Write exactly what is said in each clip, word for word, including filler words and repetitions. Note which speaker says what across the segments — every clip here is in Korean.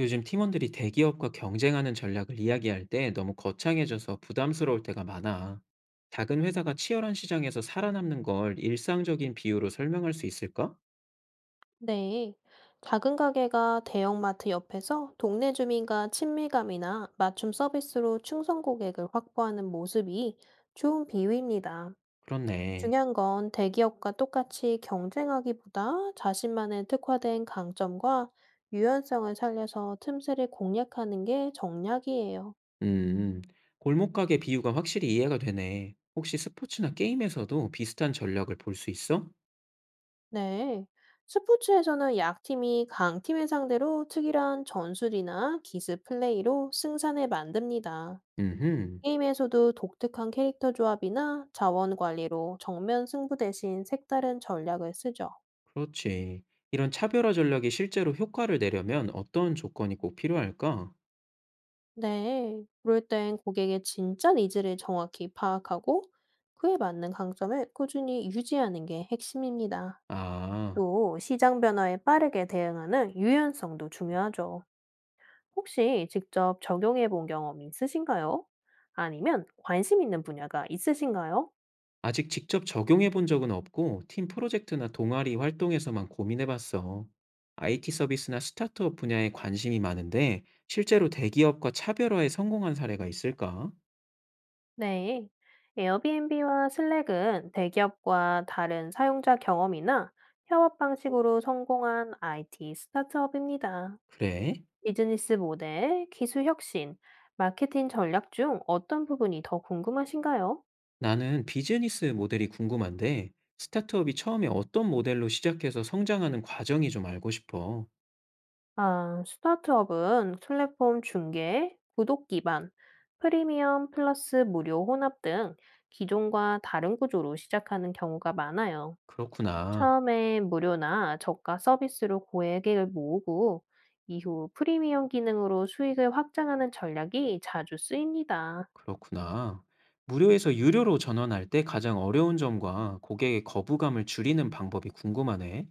Speaker 1: 요즘 팀원들이 대기업과 경쟁하는 전략을 이야기할 때 너무 거창해져서 부담스러울 때가 많아. 작은 회사가 치열한 시장에서 살아남는 걸 일상적인 비유로 설명할 수 있을까?
Speaker 2: 네. 작은 가게가 대형마트 옆에서 동네 주민과 친밀감이나 맞춤 서비스로 충성 고객을 확보하는 모습이 좋은 비유입니다.
Speaker 1: 그렇네.
Speaker 2: 중요한 건 대기업과 똑같이 경쟁하기보다 자신만의 특화된 강점과 유연성을 살려서 틈새를 공략하는 게 정략이에요.
Speaker 1: 음, 골목가게 비유가 확실히 이해가 되네. 혹시 스포츠나 게임에서도 비슷한 전략을 볼 수 있어?
Speaker 2: 네. 스포츠에서는 약팀이 강팀을 상대로 특이한 전술이나 기습 플레이로 승산을 만듭니다.
Speaker 1: 음흠,
Speaker 2: 게임에서도 독특한 캐릭터 조합이나 자원 관리로 정면 승부 대신 색다른 전략을 쓰죠.
Speaker 1: 그렇지. 이런 차별화 전략이 실제로 효과를 내려면 어떤 조건이 꼭 필요할까?
Speaker 2: 네, 그럴 땐 고객의 진짜 니즈를 정확히 파악하고 그에 맞는 강점을 꾸준히 유지하는 게 핵심입니다.
Speaker 1: 아.
Speaker 2: 또 시장 변화에 빠르게 대응하는 유연성도 중요하죠. 혹시 직접 적용해 본 경험 있으신가요? 아니면 관심 있는 분야가 있으신가요?
Speaker 1: 아직 직접 적용해 본 적은 없고 팀 프로젝트나 동아리 활동에서만 고민해 봤어. 아이티 서비스나 스타트업 분야에 관심이 많은데 실제로 대기업과 차별화에 성공한 사례가 있을까?
Speaker 2: 네. 에어비앤비와 슬랙은 대기업과 다른 사용자 경험이나 협업 방식으로 성공한 아이티 스타트업입니다.
Speaker 1: 그래?
Speaker 2: 비즈니스 모델, 기술 혁신, 마케팅 전략 중 어떤 부분이 더 궁금하신가요?
Speaker 1: 나는 비즈니스 모델이 궁금한데 스타트업이 처음에 어떤 모델로 시작해서 성장하는 과정이 좀 알고 싶어.
Speaker 2: 아, 스타트업은 플랫폼 중개, 구독 기반, 프리미엄 플러스 무료 혼합 등 기존과 다른 구조로 시작하는 경우가 많아요.
Speaker 1: 그렇구나.
Speaker 2: 처음엔 무료나 저가 서비스로 고객을 모으고, 이후 프리미엄 기능으로 수익을 확장하는 전략이 자주 쓰입니다.
Speaker 1: 그렇구나. 무료에서 유료로 전환할 때 가장 어려운 점과 고객의 거부감을 줄이는 방법이 궁금하네.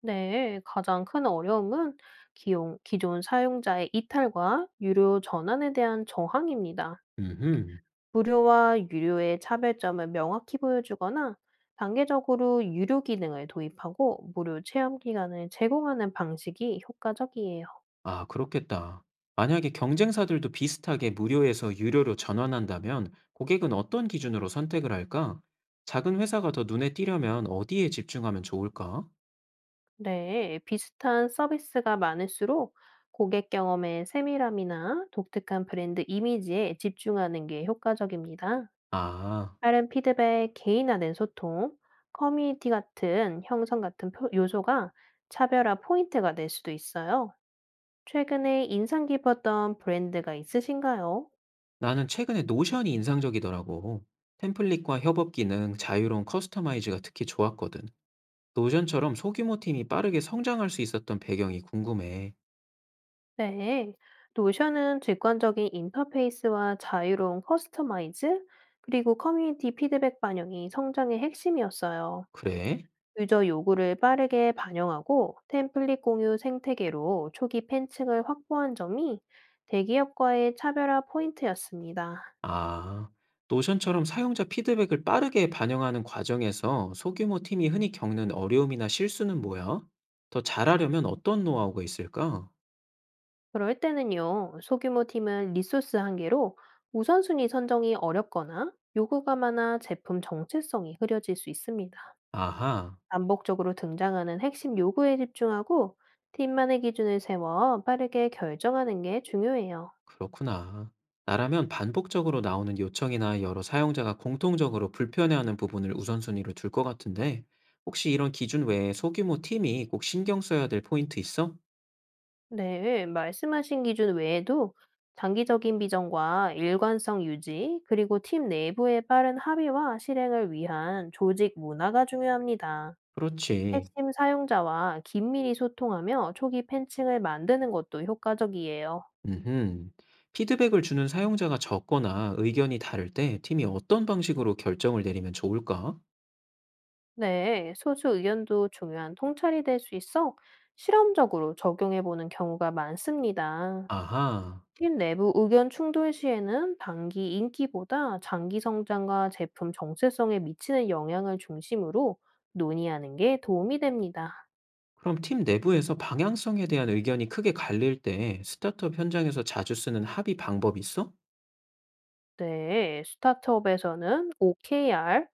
Speaker 2: 네, 가장 큰 어려움은 기용, 기존 사용자의 이탈과 유료 전환에 대한 저항입니다.
Speaker 1: 음흠.
Speaker 2: 무료와 유료의 차별점을 명확히 보여주거나 단계적으로 유료 기능을 도입하고 무료 체험 기간을 제공하는 방식이 효과적이에요.
Speaker 1: 아, 그렇겠다. 만약에 경쟁사들도 비슷하게 무료에서 유료로 전환한다면 고객은 어떤 기준으로 선택을 할까? 작은 회사가 더 눈에 띄려면 어디에 집중하면 좋을까?
Speaker 2: 네, 비슷한 서비스가 많을수록 고객 경험의 세밀함이나 독특한 브랜드 이미지에 집중하는 게 효과적입니다.
Speaker 1: 아,
Speaker 2: 빠른 피드백, 개인화된 소통, 커뮤니티 같은 형성 같은 표- 요소가 차별화 포인트가 될 수도 있어요. 최근에 인상 깊었던 브랜드가 있으신가요?
Speaker 1: 나는 최근에 노션이 인상적이더라고. 템플릿과 협업 기능, 자유로운 커스터마이즈가 특히 좋았거든. 노션처럼 소규모 팀이 빠르게 성장할 수 있었던 배경이 궁금해.
Speaker 2: 네, 노션은 직관적인 인터페이스와 자유로운 커스터마이즈, 그리고 커뮤니티 피드백 반영이 성장의 핵심이었어요.
Speaker 1: 그래?
Speaker 2: 유저 요구를 빠르게 반영하고 템플릿 공유 생태계로 초기 팬층을 확보한 점이 대기업과의 차별화 포인트였습니다.
Speaker 1: 아, 노션처럼 사용자 피드백을 빠르게 반영하는 과정에서 소규모 팀이 흔히 겪는 어려움이나 실수는 뭐야? 더 잘하려면 어떤 노하우가 있을까?
Speaker 2: 그럴 때는요, 소규모 팀은 리소스 한계로 우선순위 선정이 어렵거나 요구가 많아 제품 정체성이 흐려질 수 있습니다.
Speaker 1: 아하,
Speaker 2: 반복적으로 등장하는 핵심 요구에 집중하고 팀만의 기준을 세워 빠르게 결정하는 게 중요해요.
Speaker 1: 그렇구나. 나라면 반복적으로 나오는 요청이나 여러 사용자가 공통적으로 불편해하는 부분을 우선순위로 둘 것 같은데, 혹시 이런 기준 외에 소규모 팀이 꼭 신경 써야 될 포인트 있어?
Speaker 2: 네, 말씀하신 기준 외에도 장기적인 비전과 일관성 유지, 그리고 팀 내부의 빠른 합의와 실행을 위한 조직 문화가 중요합니다.
Speaker 1: 그렇지.
Speaker 2: 핵심 사용자와 긴밀히 소통하며 초기 팬층을 만드는 것도 효과적이에요.
Speaker 1: 음흠. 피드백을 주는 사용자가 적거나 의견이 다를 때 팀이 어떤 방식으로 결정을 내리면 좋을까?
Speaker 2: 네, 소수 의견도 중요한 통찰이 될 수 있어 실험적으로 적용해 보는 경우가 많습니다.
Speaker 1: 아하.
Speaker 2: 팀 내부 의견 충돌 시에는 단기 인기보다 장기 성장과 제품 정체성에 미치는 영향을 중심으로 논의하는 게 도움이 됩니다.
Speaker 1: 그럼 팀 내부에서 방향성에 대한 의견이 크게 갈릴 때 스타트업 현장에서 자주 쓰는 합의 방법 있어?
Speaker 2: 네, 스타트업에서는 오케이알,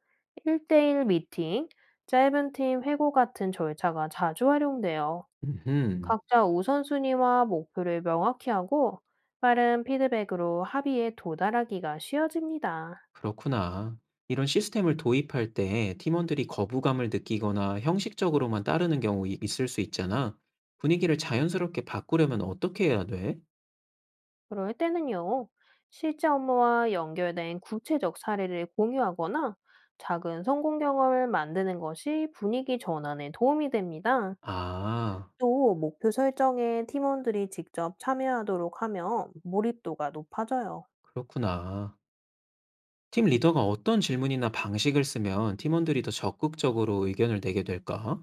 Speaker 2: 일대일 미팅, 짧은 팀 회고 같은 절차가 자주 활용돼요.
Speaker 1: 음흠.
Speaker 2: 각자 우선순위와 목표를 명확히 하고 빠른 피드백으로 합의에 도달하기가 쉬워집니다.
Speaker 1: 그렇구나. 이런 시스템을 도입할 때 팀원들이 거부감을 느끼거나 형식적으로만 따르는 경우 이- 있을 수 있잖아. 분위기를 자연스럽게 바꾸려면 어떻게 해야 돼?
Speaker 2: 그럴 때는요, 실제 업무와 연결된 구체적 사례를 공유하거나 작은 성공 경험을 만드는 것이 분위기 전환에 도움이 됩니다.
Speaker 1: 아,
Speaker 2: 또 목표 설정에 팀원들이 직접 참여하도록 하면 몰입도가 높아져요.
Speaker 1: 그렇구나. 팀 리더가 어떤 질문이나 방식을 쓰면 팀원들이 더 적극적으로 의견을 내게 될까?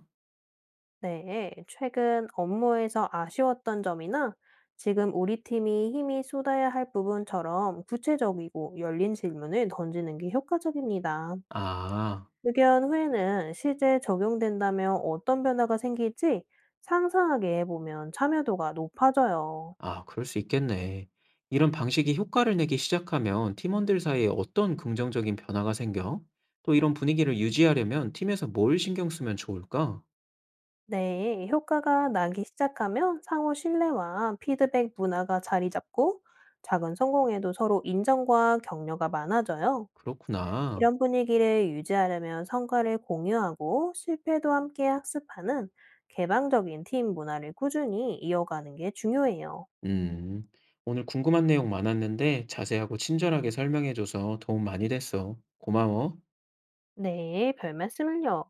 Speaker 2: 네, 최근 업무에서 아쉬웠던 점이나 지금 우리 팀이 힘이 쏟아야 할 부분처럼 구체적이고 열린 질문을 던지는 게 효과적입니다.
Speaker 1: 아,
Speaker 2: 의견 후에는 실제 적용된다면 어떤 변화가 생길지 상상하게 보면 참여도가 높아져요.
Speaker 1: 아, 그럴 수 있겠네. 이런 방식이 효과를 내기 시작하면 팀원들 사이에 어떤 긍정적인 변화가 생겨? 또 이런 분위기를 유지하려면 팀에서 뭘 신경 쓰면 좋을까?
Speaker 2: 네, 효과가 나기 시작하면 상호 신뢰와 피드백 문화가 자리 잡고 작은 성공에도 서로 인정과 격려가 많아져요.
Speaker 1: 그렇구나.
Speaker 2: 이런 분위기를 유지하려면 성과를 공유하고 실패도 함께 학습하는 개방적인 팀 문화를 꾸준히 이어가는 게 중요해요.
Speaker 1: 음, 오늘 궁금한 내용 많았는데 자세하고 친절하게 설명해줘서 도움 많이 됐어. 고마워.
Speaker 2: 네, 별 말씀을요.